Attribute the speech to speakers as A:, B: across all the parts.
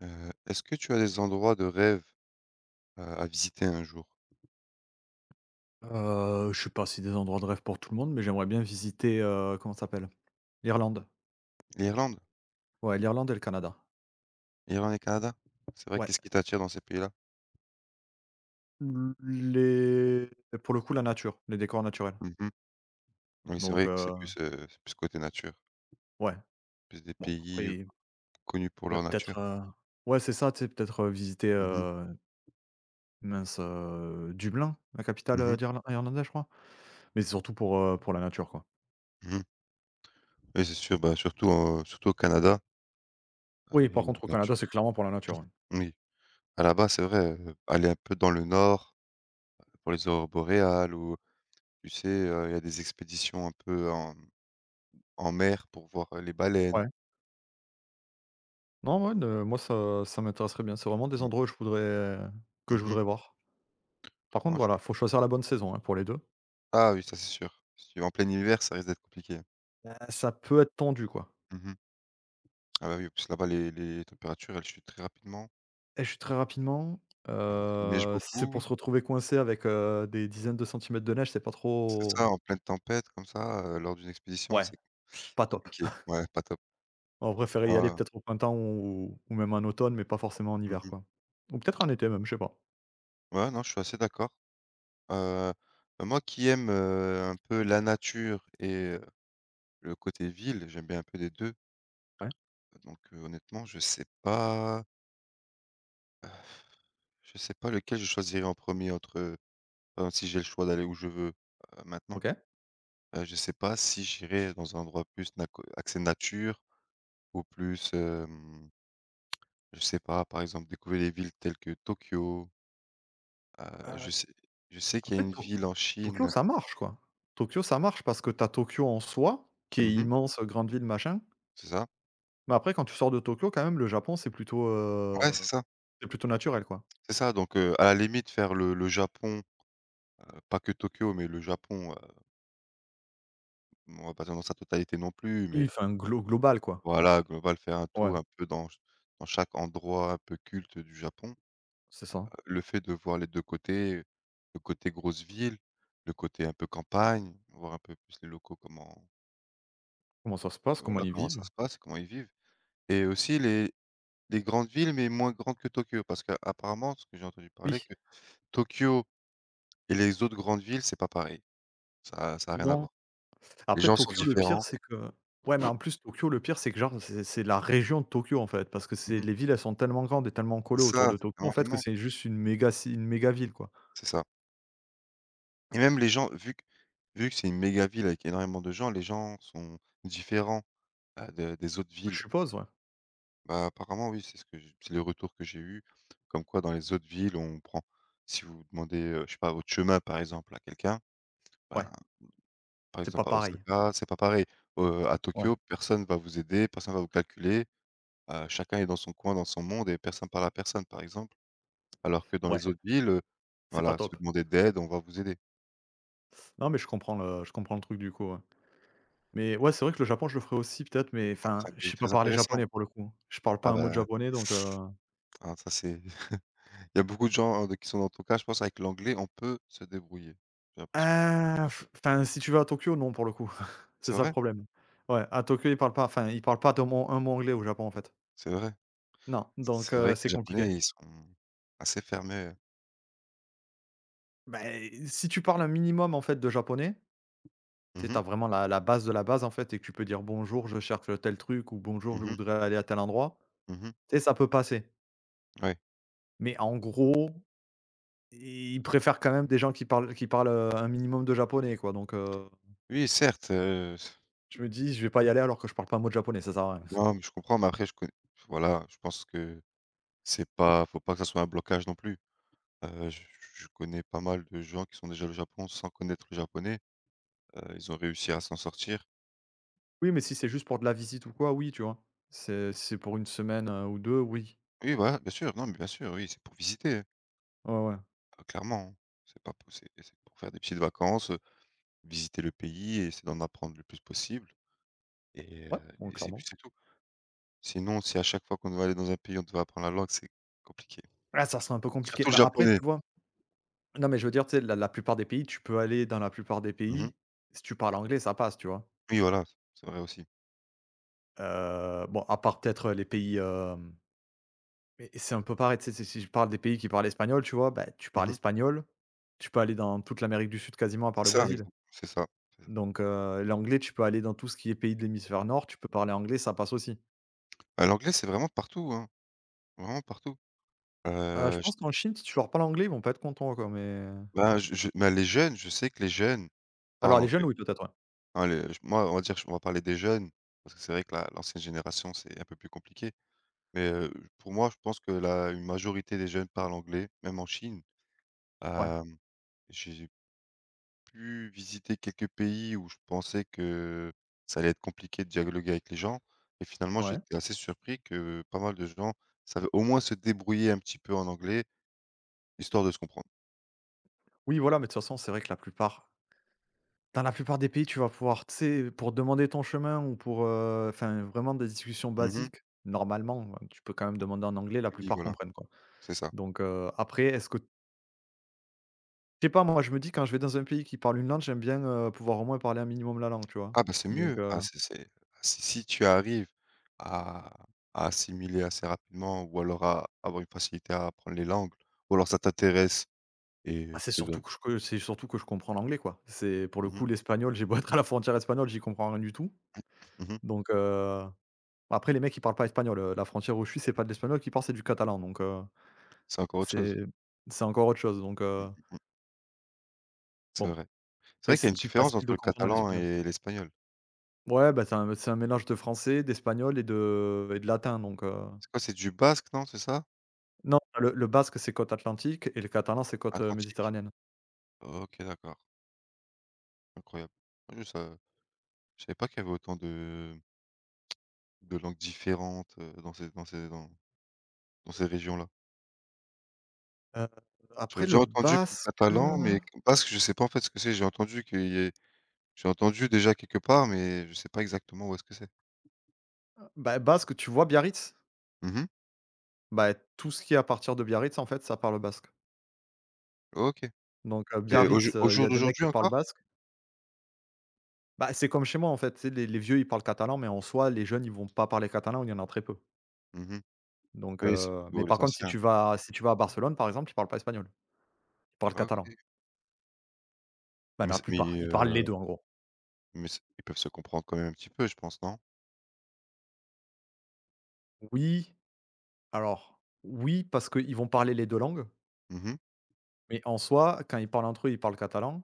A: Est-ce que tu as des endroits de rêve, à visiter un jour?
B: Je sais pas, si des endroits de rêve pour tout le monde, mais j'aimerais bien visiter, comment ça s'appelle? L'Irlande.
A: L'Irlande?
B: Ouais, l'Irlande et le Canada.
A: L'Irlande et le Canada? C'est vrai,
B: Ouais.
A: qu'est-ce qui t'attire dans ces pays-là?
B: L les pour le coup, la nature, les décors naturels.
A: Mmh. Oui, c'est
B: Donc
A: vrai que
B: heu,
A: c'est plus côté nature,
B: ouais,
A: plus des
B: bon,
A: pays,
B: après il
A: connus pour
B: y a
A: leur
B: peut-être,
A: nature.
B: heu ouais, c'est ça, tu sais, peut-être, visiter,
A: Mmh mh.
B: Dublin, la capitale,
A: Mmh.
B: d'Irlan irlandaise, je crois, mais c'est surtout pour la nature, quoi.
A: Mmh. Oui, c'est sûr, bah, surtout, surtout au Canada,
B: Oui,
A: il y a
B: par
A: une
B: contre, au Canada,
A: nature
B: c'est clairement pour la nature, ouais.
A: oui. À là-bas, c'est vrai, aller un peu dans le nord, pour les aurores boréales ou tu sais, il y a des expéditions un peu en mer pour voir, les baleines.
B: Ouais. Non, ouais, de moi, ça m'intéresserait bien. C'est vraiment des
A: Mmh.
B: endroits que je voudrais
A: Mmh.
B: voir. Par contre,
A: Ouais,
B: voilà, faut choisir la bonne saison, hein, pour les 2.
A: ah oui, ça c'est sûr. Si tu vas en plein hiver, ça risque d'être compliqué.
B: Bah, ça peut être tendu, quoi.
A: Mmh. Ah bah oui, en plus là-bas les températures, elles chutent très rapidement.
B: Et je suis très rapidement,
A: Il neige
B: si c'est pour
A: beaucoup.
B: se retrouver coincé avec, des dizaines de centimètres de neige, c'est pas
A: C'est
B: trop
A: ça, en pleine tempête comme ça, lors d'une expédition,
B: ouais,
A: c'est
B: pas top.
A: compliqué. Ouais, pas top.
B: On préférait y aller
A: Ouais.
B: peut-être au printemps ou même en automne, mais pas forcément en hiver,
A: Mmh.
B: quoi. Ou peut-être en été même, je sais pas.
A: Ouais, non, je suis assez d'accord. Heu, Bah, moi qui aime, un peu la nature et le côté ville, j'aime bien un peu les 2.
B: Ouais.
A: Donc honnêtement, je sais pas lequel je choisirais en premier entre, par exemple si j'ai le choix d'aller où je veux, maintenant.
B: OK.
A: Je sais pas si j'irais dans un endroit plus naco axé nature ou plus, je sais pas, par exemple, découvrir des villes telles que Tokyo. Heu,
B: Heu,
A: je sais je sais qu'il y a
B: après
A: une
B: To
A: ville en
B: Tokyo,
A: Chine.
B: ça marche, quoi. Tokyo, ça marche parce que t'as Tokyo en soi, qui est
A: Mmh.
B: immense, grande ville, machin.
A: C'est ça.
B: Mais après, quand tu sors de Tokyo, quand même, le Japon, c'est plutôt,
A: Ouais,
B: heu, c'est plutôt naturel, quoi.
A: c'est ça donc à la limite faire le Japon, pas que Tokyo, mais le Japon, on va pas dire dans sa totalité non plus,
B: Oui,
A: mais
B: enfin global quoi.
A: voilà, global, faire un
B: Ouais,
A: tour un peu dans chaque endroit un peu culte du Japon.
B: c'est ça.
A: Le fait de voir les 2 côtés, le côté grosse ville, le côté un peu campagne, voir un peu plus les locaux comment
B: Comment ça se passe? Comment
A: voilà,
B: ils
A: comment
B: vivent?
A: ça se passe, comment ils vivent et aussi les grandes villes, mais moins grandes que Tokyo parce qu'apparemment, ce que j'ai entendu parler,
B: Oui,
A: que Tokyo et les autres grandes villes, c'est pas pareil. Ça ça a rien à
B: non.
A: voir. Les
B: Après
A: gens sont
B: Tokyo, le pire,
A: différents.
B: c'est que ouais, mais en plus Tokyo, le pire, c'est que genre c'est la région de Tokyo, en fait, parce que c'est
A: Mmh.
B: les villes, elles sont tellement grandes et tellement collées
A: C'est
B: autour
A: ça,
B: de
A: c'est
B: Tokyo, en
A: vraiment
B: fait, que
A: immense,
B: c'est juste une méga ville, quoi.
A: c'est ça et même les gens, vu que c'est une méga ville avec énormément de gens, les gens sont différents, de des autres
B: Je
A: villes.
B: suppose, ouais.
A: Bah, apparemment, oui, c'est ce que j c'est les retours que j'ai eu comme quoi dans les autres villes, on prend si vous demandez, je sais pas, votre chemin, par exemple, à quelqu'un, ben,
B: Ouais,
A: par
B: c'est pas
A: exemple, à
B: pareil.
A: Osaka, c'est pas pareil. À
B: Ouais,
A: Tokyo, personne va vous aider, personne va vous calculer, chacun est dans son coin, dans son monde et personne parle à personne, par exemple. Alors que dans
B: ouais,
A: les autres villes,
B: c'est pas
A: voilà, si
B: top.
A: vous demandez d'aide on va vous aider.
B: Non, mais je comprends le truc du coup, ouais. Mais ouais, c'est vrai que le Japon, je le ferais aussi peut-être, mais
A: Ouais,
B: enfin,
A: c'est un
B: je
A: pays
B: sais pas
A: très
B: parler
A: intéressant.
B: japonais pour le coup, hein. Je parle pas
A: Ah
B: un mot de
A: bah,
B: japonais donc
A: ah ça c'est il y a beaucoup de gens, qui sont dans ton cas, je pense avec l'anglais, on peut se débrouiller, j'ai l'impression.
B: Ah, f enfin, si tu vas à Tokyo, non, pour le coup. C'est
A: C'est
B: ça le
A: vrai,
B: problème. Ouais, à Tokyo, ils parlent pas enfin, ils parlent pas de mot un mot anglais au Japon, en fait.
A: c'est vrai.
B: Non, donc
A: C'est
B: heu,
A: vrai que
B: c'est
A: les
B: compliqué.
A: Japonais, ils sont assez fermés.
B: Ben, si tu parles un minimum, en fait, de japonais,
A: Mmh
B: tu
A: mh.
B: as vraiment la base de la base, en fait, et que tu peux dire: «Bonjour, je cherche tel truc» ou «Bonjour, je
A: Mmh mh.
B: voudrais aller à tel endroit»,
A: Mmh mh.
B: tu sais, ça peut passer.
A: Ouais.
B: Mais en gros, ils préfèrent quand même des gens qui parlent un minimum de japonais, quoi, donc
A: Oui, certes,
B: je me dis: «Je vais pas y aller alors que je parle pas un mot de japonais, ça sert à rien».
A: non, mais je comprends, mais après je connais voilà, je pense que c'est pas faut pas que ça soit un blocage non plus. Heu, je je connais pas mal de gens qui sont déjà allés au Japon sans connaître le japonais, ils ont réussi à s'en sortir.
B: Oui, mais si c'est juste pour de la visite ou quoi, oui, tu vois? C'est si c'est pour une semaine, ou 2, oui.
A: Oui, voilà, bien sûr, non, mais bien sûr, oui, c'est pour visiter, hein,
B: Ouais, ouais.
A: clairement, hein. C'est pas pour c'est pour faire des petites vacances, visiter le pays et essayer d'en apprendre le plus possible
B: Ouais, bon,
A: et c'est puis
B: clairement.
A: c'est tout. Sinon, si à chaque fois qu'on doit aller dans un pays, on doit apprendre la langue, c'est compliqué.
B: Ah, ça serait un peu compliqué.
A: Surtout le
B: Bah, après,
A: japonais.
B: tu vois? Non, mais je veux dire, tu sais, la plupart des pays, tu peux aller dans la plupart des
A: Mmh.
B: pays, si tu parles anglais, ça passe, tu vois?
A: Oui, voilà, c'est vrai aussi.
B: Bon, à part peut-être, les pays, hem mais c'est un peu pareil, tu sais, si je parle des pays qui parlent espagnol, tu vois? Bah, tu parles
A: Mmh.
B: espagnol, tu peux aller dans toute l'Amérique du Sud quasiment à part
A: C'est
B: le
A: ça,
B: Brésil.
A: exact c'est ça, c'est ça.
B: Donc l'anglais, tu peux aller dans tout ce qui est pays de l'hémisphère nord, tu peux parler anglais, ça passe aussi.
A: Bah, l'anglais, c'est vraiment partout, hein, vraiment partout.
B: Je pense qu'en
A: Je
B: Chine, si tu leur parles anglais, ils vont pas être contents, quoi, mais
A: Bah, je bah, les jeunes, je sais que les jeunes parlent
B: alors les jeunes,
A: anglais.
B: oui, peut-être, ouais.
A: Hein, les j moi, on va dire, j on va parler des jeunes, parce que c'est vrai que la l'ancienne génération, c'est un peu plus compliqué. Mais, pour moi, je pense que la une majorité des jeunes parlent anglais, même en Chine.
B: Ouais,
A: Hem, j'ai pu visiter quelques pays où je pensais que ça allait être compliqué de dialoguer avec les gens et finalement, j'ai
B: ouais.
A: été assez surpris que pas mal de gens savaient au moins se débrouiller un petit peu en anglais, histoire de se comprendre.
B: Oui, voilà, mais de toute façon, c'est vrai que la plupart dans la plupart des pays, tu vas pouvoir, tu sais, pour demander ton chemin ou pour, enfin, vraiment des discussions
A: Mmh mh.
B: basiques, normalement, tu peux quand même demander en anglais, la
A: Oui,
B: plupart
A: voilà,
B: comprennent, quoi.
A: c'est ça.
B: Donc après, est-ce que je sais pas, moi, je me dis quand je vais dans un pays qui parle une langue, j'aime bien, pouvoir au moins parler un minimum la langue, tu vois?
A: Ah bah, c'est
B: Donc
A: mieux.
B: heu,
A: Ah, c'est ah, si tu arrives à à assimiler assez rapidement ou alors à avoir une facilité à apprendre les langues ou alors ça t'intéresse et
B: ah, c'est
A: tu te
B: surtout
A: donnes
B: que c'est surtout que je comprends l'anglais, quoi. C'est pour le
A: mmh mh,
B: coup, l'espagnol, j'ai beau être à la frontière espagnole, j'y comprends rien du tout,
A: mmh mh.
B: donc Après, les mecs, ils parlent pas espagnol, la frontière où je suis, c'est pas de l'espagnol qui parlent, c'est du catalan, donc
A: C'est encore autre
B: c'est
A: chose.
B: c'est encore autre chose, donc
A: Mmh
B: heu,
A: mh, mmh. C'est
B: bon,
A: vrai. C'est
B: après,
A: vrai qu'il y a
B: c'est
A: une
B: plus
A: différence
B: facile
A: entre
B: de
A: le
B: comprendre en
A: catalan
B: espagnol.
A: et l'espagnol.
B: Ouais, bah, c'est un mélange de français, d'espagnol et de latin, donc
A: C'est quoi? C'est du basque, non, c'est ça?
B: non, le basque, c'est côte atlantique et le catalan, c'est côte,
A: Atlantique?
B: méditerranéenne.
A: OK, d'accord, incroyable. Ouais, ça je savais pas qu'il y avait autant de langues différentes, dans ces régions-là.
B: Heu,
A: J'avais
B: après
A: déjà
B: le
A: entendu pour le
B: basque,
A: catalan, mais basque, je sais pas en fait ce que c'est. J'ai entendu qu'il y ait J'ai entendu déjà quelque part, mais je sais pas exactement où est-ce que c'est.
B: bah, basque, tu vois Biarritz?
A: Mhm.
B: Bah, tout ce qui est à partir de Biarritz, en fait, ça parle basque,
A: OK et
B: Biarritz,
A: au
B: il y
A: jour
B: a des mecs
A: d'aujourd'hui
B: qui parlent
A: encore?
B: basque. Bah, c'est comme chez moi, en fait, tu sais, les vieux, ils parlent catalan, mais en soi, les jeunes, ils vont pas parler catalan ou il y en a très peu.
A: Mhm.
B: Donc
A: Oui, c'est
B: heu, mais
A: plutôt
B: par
A: les
B: contre, si
A: anciens.
B: tu vas si tu vas à Barcelone, par exemple, ils parlent pas espagnol, ils parlent
A: OK,
B: catalan. Bah,
A: mais
B: la
A: c'est mais
B: plupart, ils parlent
A: heu,
B: les deux en gros.
A: mais c'est ils peuvent se comprendre quand même un petit peu, je pense, non?
B: Oui, alors, oui, parce qu'ils vont parler les 2 langues,
A: Mhm.
B: mais en soi, quand ils parlent entre eux, ils parlent catalan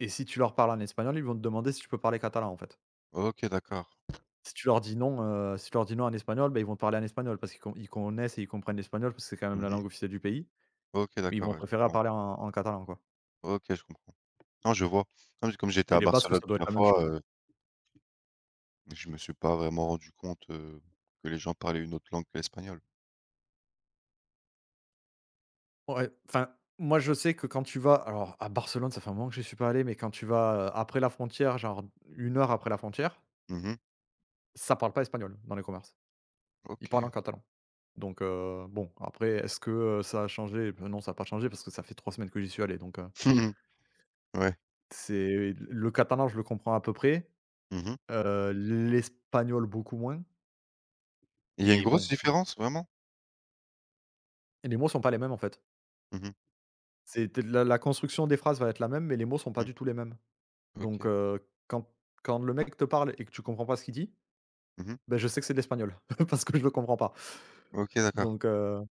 B: et si tu leur parles en espagnol, ils vont te demander si tu peux parler catalan, en fait.
A: OK, d'accord.
B: Si tu leur dis non, si tu leur dis non en espagnol, bah, ils vont te parler en espagnol parce qu'ils con ils connaissent et ils comprennent l'espagnol parce que c'est quand même la
A: Mmh.
B: langue officielle du pays,
A: OK,
B: mais ils
A: d'accord,
B: vont
A: ouais, je
B: préférer à
A: comprends.
B: parler en catalan, quoi.
A: OK, je comprends. Non, je vois. Non, mais comme j'étais
B: Et
A: à
B: les Basques,
A: Barcelone
B: ça doit être
A: plusieurs
B: la même
A: fois,
B: chose.
A: je me suis pas vraiment rendu compte, que les gens parlaient une autre langue que l'espagnol.
B: Ouais, enfin, moi, je sais que quand tu vas alors à Barcelone, ça fait un moment que j'y suis pas allé, mais quand tu vas, après la frontière, genre 1 heure après la frontière,
A: Mmh.
B: ça parle pas espagnol dans les commerces. Ils parlent en
A: OK.
B: catalan. Donc, bon, après, est-ce que, ça a changé? Bah, non, ça n'a pas changé parce que ça fait 3 semaines que j'y suis allé, donc,
A: Ouais.
B: c'est le catalan, je le comprends à peu près,
A: Mmh.
B: l'espagnol beaucoup moins
A: Il y a une
B: et
A: grosse
B: bon,
A: différence, vraiment?
B: et les mots sont pas les mêmes, en fait.
A: Mmh mh.
B: C'est la construction des phrases va être la même, mais les mots sont pas
A: Mmh.
B: du tout les mêmes. Donc
A: OK.
B: heu, quand quand le mec te parle et que tu comprends pas ce qu'il dit,
A: Mmh.
B: ben je sais que c'est de l'espagnol parce que je le comprends pas.
A: OK, d'accord,
B: Donc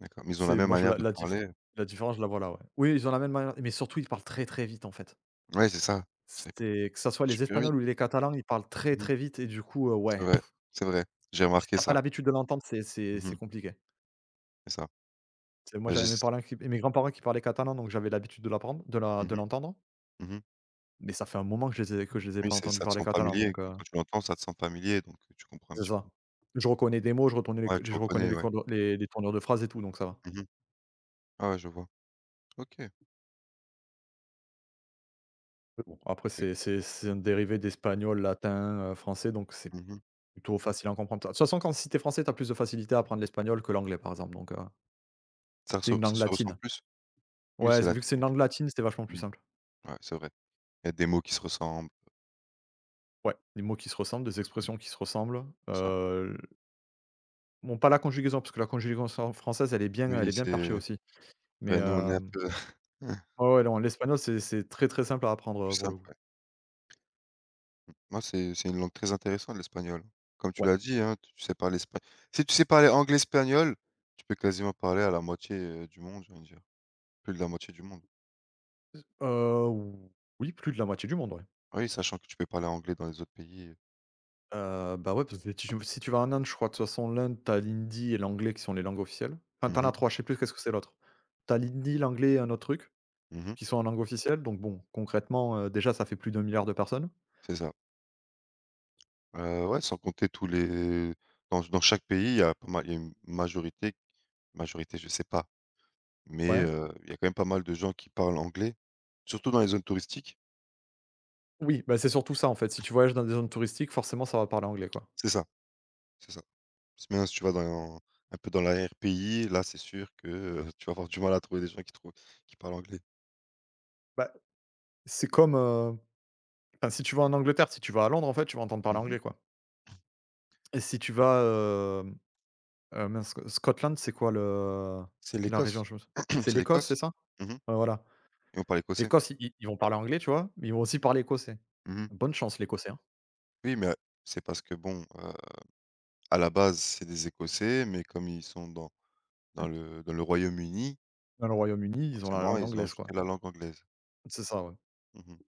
A: d'accord. Mais ils ont la
B: c'est
A: même
B: moi je
A: manière de parler,
B: la différence, je la vois là, ouais. Oui, ils ont la même manière mais surtout ils parlent très, très vite en fait.
A: ouais, c'est ça. Ça, ils parlent
B: C'est que ça soit les
A: super vite.
B: Espagnols ou les Catalans, ils parlent très,
A: Mmh.
B: très vite et du coup, ouais,
A: C'est vrai,
B: pff,
A: c'est vrai. J'ai
B: si
A: remarqué
B: t'as pas
A: ça.
B: l'habitude de l'entendre, c'est
A: Mmh.
B: compliqué.
A: C'est ça.
B: C'est moi
A: Bah, j'ai
B: j'avais
A: s
B: mes grands-parents qui parlaient catalan, donc j'avais l'habitude de
A: mmh.
B: l'entendre,
A: Mmh.
B: mais ça fait un moment que je les ai
A: Oui,
B: pas
A: c'est
B: entendus
A: ça te
B: parler
A: sent
B: catalan
A: familier.
B: donc
A: Quand tu l'entends, ça te sent familier, donc tu comprends un
B: C'est
A: petit peu.
B: ça. Je reconnais des mots,
A: Ouais, tu
B: je reconnais
A: reconnais, ouais.
B: les tournures de phrases et tout, donc ça va.
A: Mmh. Ah ouais, je vois. OK, OK,
B: Mais bon, après
A: OK.
B: c'est un dérivé d'espagnol, latin, français, donc c'est
A: Mmh.
B: plutôt facile à comprendre. De toute façon, quand si tu es français, t'as plus de facilité à apprendre l'espagnol que l'anglais, par exemple, donc c'est une
A: Ça
B: langue
A: se ressent
B: latine.
A: plus? Oui,
B: Ouais,
A: c'est
B: vu que c'est une
A: l'attitude.
B: langue latine, c'est vachement plus
A: Mmh.
B: simple.
A: Ouais, c'est vrai. Il y a des mots qui se ressemblent,
B: Ouais, des mots qui se ressemblent, des
A: mmh,
B: expressions qui se ressemblent,
A: ça.
B: heu, bon, pas la conjugaison, parce que la conjugaison française, elle est bien
A: Oui,
B: perchée
A: c'est
B: aussi, mais
A: vrai, nous, on est un
B: hem,
A: peu
B: ouais, ouais, non, l'espagnol, c'est très, très simple à apprendre,
A: c'est plus
B: pour le
A: simple,
B: coup.
A: ouais. Moi, c'est une langue très intéressante, l'espagnol. Comme tu
B: Ouais.
A: l'as dit, hein, tu sais parler espa si tu sais parler anglais, espagnol, tu peux quasiment parler à la moitié, du monde, j'ai envie de dire. Plus de la moitié du monde.
B: Heu, ou oui, plus de la moitié du monde, ouais.
A: Oui, sachant que tu peux parler anglais dans les autres pays.
B: Bah, ouais, parce que tu si tu vas en Inde, je crois, de toute façon, l'Inde, t'as as l'hindi et l'anglais qui sont les langues officielles. Enfin,
A: Mmh
B: t'en as
A: mh.
B: 3. Je sais plus qu'est-ce que c'est l'autre. T'as as l'hindi, l'anglais et un autre truc
A: Mmh.
B: qui sont en langue officielle, donc bon, concrètement, déjà, ça fait plus d'1 milliard de personnes.
A: C'est ça. Ouais, sans compter tous les dans chaque pays, il y a pas mal il y a une majorité, je sais pas, mais
B: Ouais.
A: il y a quand même pas mal de gens qui parlent anglais, surtout dans les zones touristiques.
B: Oui, bah, c'est surtout ça, en fait. Si tu voyages dans des zones touristiques, forcément, ça va parler anglais, quoi.
A: C'est ça, c'est ça. Si maintenant si tu vas dans un peu dans l'arrière-pays, là, c'est sûr que, tu vas avoir du mal à trouver des gens qui parlent anglais.
B: Bah, c'est comme, enfin, si tu vas en Angleterre, si tu vas à Londres, en fait, tu vas entendre parler
A: Mmh mh.
B: anglais, quoi. Et si tu vas, hem, mince, Sc Scotland, c'est quoi le
A: C'est
B: la région?
A: l'Écosse.
B: Je me sou c'est
A: C'est
B: l'Écosse,
A: l'Écosse.
B: c'est ça?
A: Mmh mh
B: Ouais, voilà.
A: et on parle écossais.
B: L'Écosse, i i ils vont parler anglais, tu vois? Mais ils vont aussi parler écossais.
A: Mmh mh.
B: Bonne chance l'Écossais, hein.
A: Oui, mais c'est parce que bon, à la base, c'est des Écossais, mais comme ils sont dans le Royaume-Uni.
B: Dans le Royaume-Uni, ils ont la
A: Forcément,
B: langue
A: ils ont
B: anglaise, quoi.
A: ajouté la langue anglaise.
B: C'est ça, ouais.
A: Mmh mh.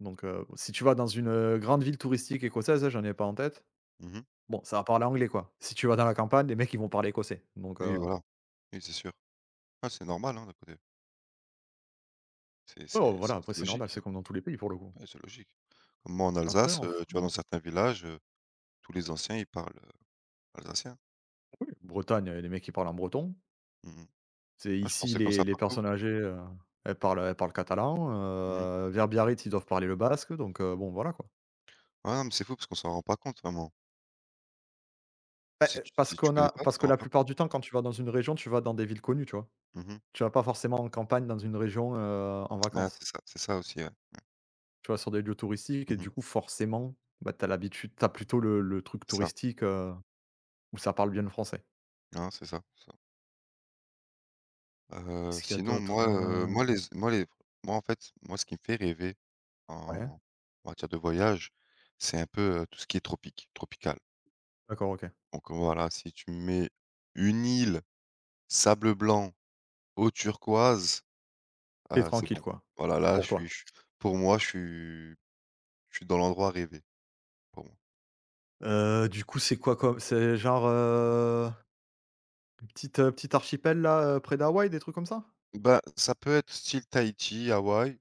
B: Donc si tu vas dans une, grande ville touristique écossaise, là, j'en ai pas en tête,
A: Mmh.
B: bon, ça va parler anglais, quoi. Si tu vas dans la campagne, les mecs, ils vont parler écossais. Donc
A: Oui,
B: heu,
A: voilà. Oui, c'est sûr. Ah, c'est normal, hein, d'un côté. C'est
B: ouais, ouais,
A: c'est
B: voilà,
A: c'est
B: après
A: c'est
B: c'est normal,
A: logique,
B: c'est
A: hein.
B: comme dans tous les pays, pour le coup.
A: Ouais, c'est logique. Comme moi en
B: Après,
A: Alsace,
B: en
A: tu vois, dans
B: France,
A: certains villages, tous les anciens, ils parlent, alsacien.
B: oui, Bretagne, les mecs, ils parlent en breton.
A: Mmh mh.
B: C'est
A: Ouais, je pense
B: ici,
A: c'est comme
B: les
A: ça
B: les
A: partout.
B: personnes âgées, elles parlent catalan,
A: Mmh.
B: vers Biarritz, ils doivent parler le basque, donc bon, voilà, quoi.
A: Ouais, non, mais c'est fou parce qu'on s'en rend pas compte vraiment.
B: Bah,
A: Si tu
B: parce
A: si tu
B: qu'on
A: connais
B: a
A: pas, tu
B: parce que
A: t'en rends
B: la
A: pas compte.
B: plupart du temps, quand tu vas dans une région, tu vas dans des villes connues, tu vois?
A: Mmh.
B: Tu vas pas forcément en campagne dans une région, en
A: Ah,
B: vacances.
A: c'est ça aussi, ouais.
B: Tu vas sur des lieux touristiques et
A: Mmh.
B: du coup, forcément, bah, tu as plutôt le truc
A: C'est ça.
B: touristique, où ça parle bien le français.
A: Non, c'est ça, c'est ça.
B: Est-ce qu'il y a
A: Sinon
B: d'autres,
A: moi, moi les moi les moi en fait, moi ce qui me fait rêver
B: ouais,
A: En en matière de voyage, c'est un peu, tout ce qui est tropique, tropical.
B: d'accord, OK.
A: Donc voilà, si tu mets une île, sable blanc, eau turquoise,
B: Tu es
A: c'est
B: tranquille,
A: bon.
B: quoi.
A: Voilà,
B: C'est
A: là, je
B: pour
A: suis
B: toi.
A: je pour moi, je suis dans l'endroit rêvé, pour moi.
B: Du coup, c'est quoi comme c'est genre, petit archipel là, près d'Hawaï, des trucs comme ça?
A: Bah, ça peut être style Tahiti, Hawaï,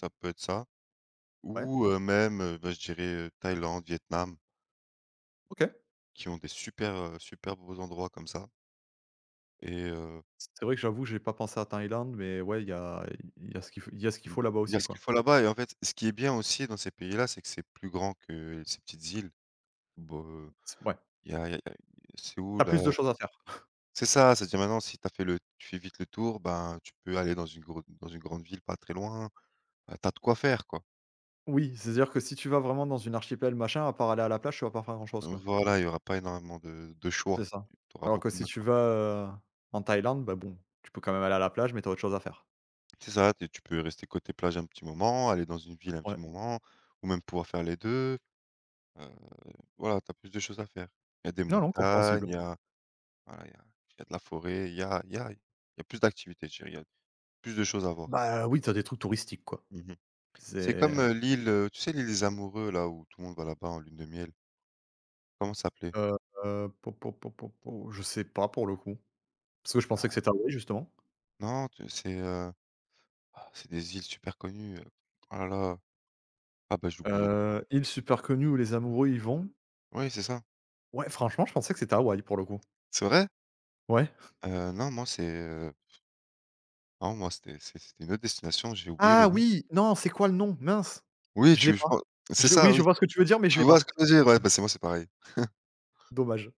A: ça peut être ça
B: Ouais,
A: ou même, bah, je dirais, Thaïlande, Vietnam,
B: OK.
A: qui ont des super, super beaux endroits comme ça et
B: C'est vrai que j'avoue, j'ai pas pensé à Thaïlande, mais ouais, il y a ce qu'il faut il y a ce qu'il
A: Mmh.
B: faut là-bas
A: Il y a
B: aussi,
A: ce qu'il
B: quoi.
A: faut là-bas et en fait, ce qui est bien aussi dans ces pays-là, c'est que c'est plus grand que ces petites îles. Bon,
B: C'est ouais,
A: il y a c'est où
B: t'as
A: là?
B: plus de choses à faire.
A: C'est ça, c'est-à-dire maintenant si tu as fait le tu fais vite le tour, ben, tu peux aller dans une grande ville pas très loin. Tu as de quoi faire quoi.
B: Oui, c'est-à-dire que si tu vas vraiment dans une archipel, machin, à part aller à la plage, tu vas pas faire grand-chose, quoi.
A: Voilà, il y aura pas énormément de
B: C'est
A: choix.
B: ça.
A: Tu auras
B: Alors que
A: beaucoup
B: si
A: moins de
B: tu
A: choix.
B: vas, heu, en Thaïlande, bah, bon, tu peux quand même aller à la plage, mais t'as autre chose à faire.
A: C'est ça, tu peux rester côté plage un petit moment, aller dans une ville un
B: Ouais.
A: petit moment ou même pouvoir faire les deux. Heu, voilà, tu as plus de choses à faire. Il y a des
B: Non, non, compréhensible.
A: montagnes, Voilà, il y a il y a de la forêt, il y a il y a il y a plus d'activités, je dirais, il y a plus de choses à voir.
B: Bah, oui, t'as des trucs touristiques, quoi.
A: Mmh. C'est
B: C'est,
A: comme, l'île, tu sais l'île des amoureux là où tout le monde va là-bas en lune de miel? Comment ça s'appelait?
B: heu, po po po po po je sais pas pour le coup, parce que je pensais que c'était Hawaï, justement.
A: Non, tu c'est, ah, c'est des îles super connues, oh là là, ah bah, j'ai oublié.
B: Île super connue où les amoureux y vont.
A: Oui, c'est ça.
B: Ouais, franchement, je pensais que c'était Hawaï, pour le coup.
A: C'est vrai?
B: Ouais.
A: Non, moi c'est, non, moi c'était une autre destination, j'ai oublié
B: Ah
A: le nom.
B: oui! Non, c'est quoi le nom? Mince!
A: Oui,
B: Je l'ai
A: tu je pen
B: pas.
A: c'est
B: Je
A: ça,
B: oui, je
A: oui.
B: vois ce que tu veux dire, mais je
A: Tu
B: l'ai
A: vois
B: pas.
A: ce que je veux dire? Ouais, bah, c'est moi, c'est pareil.
B: Dommage.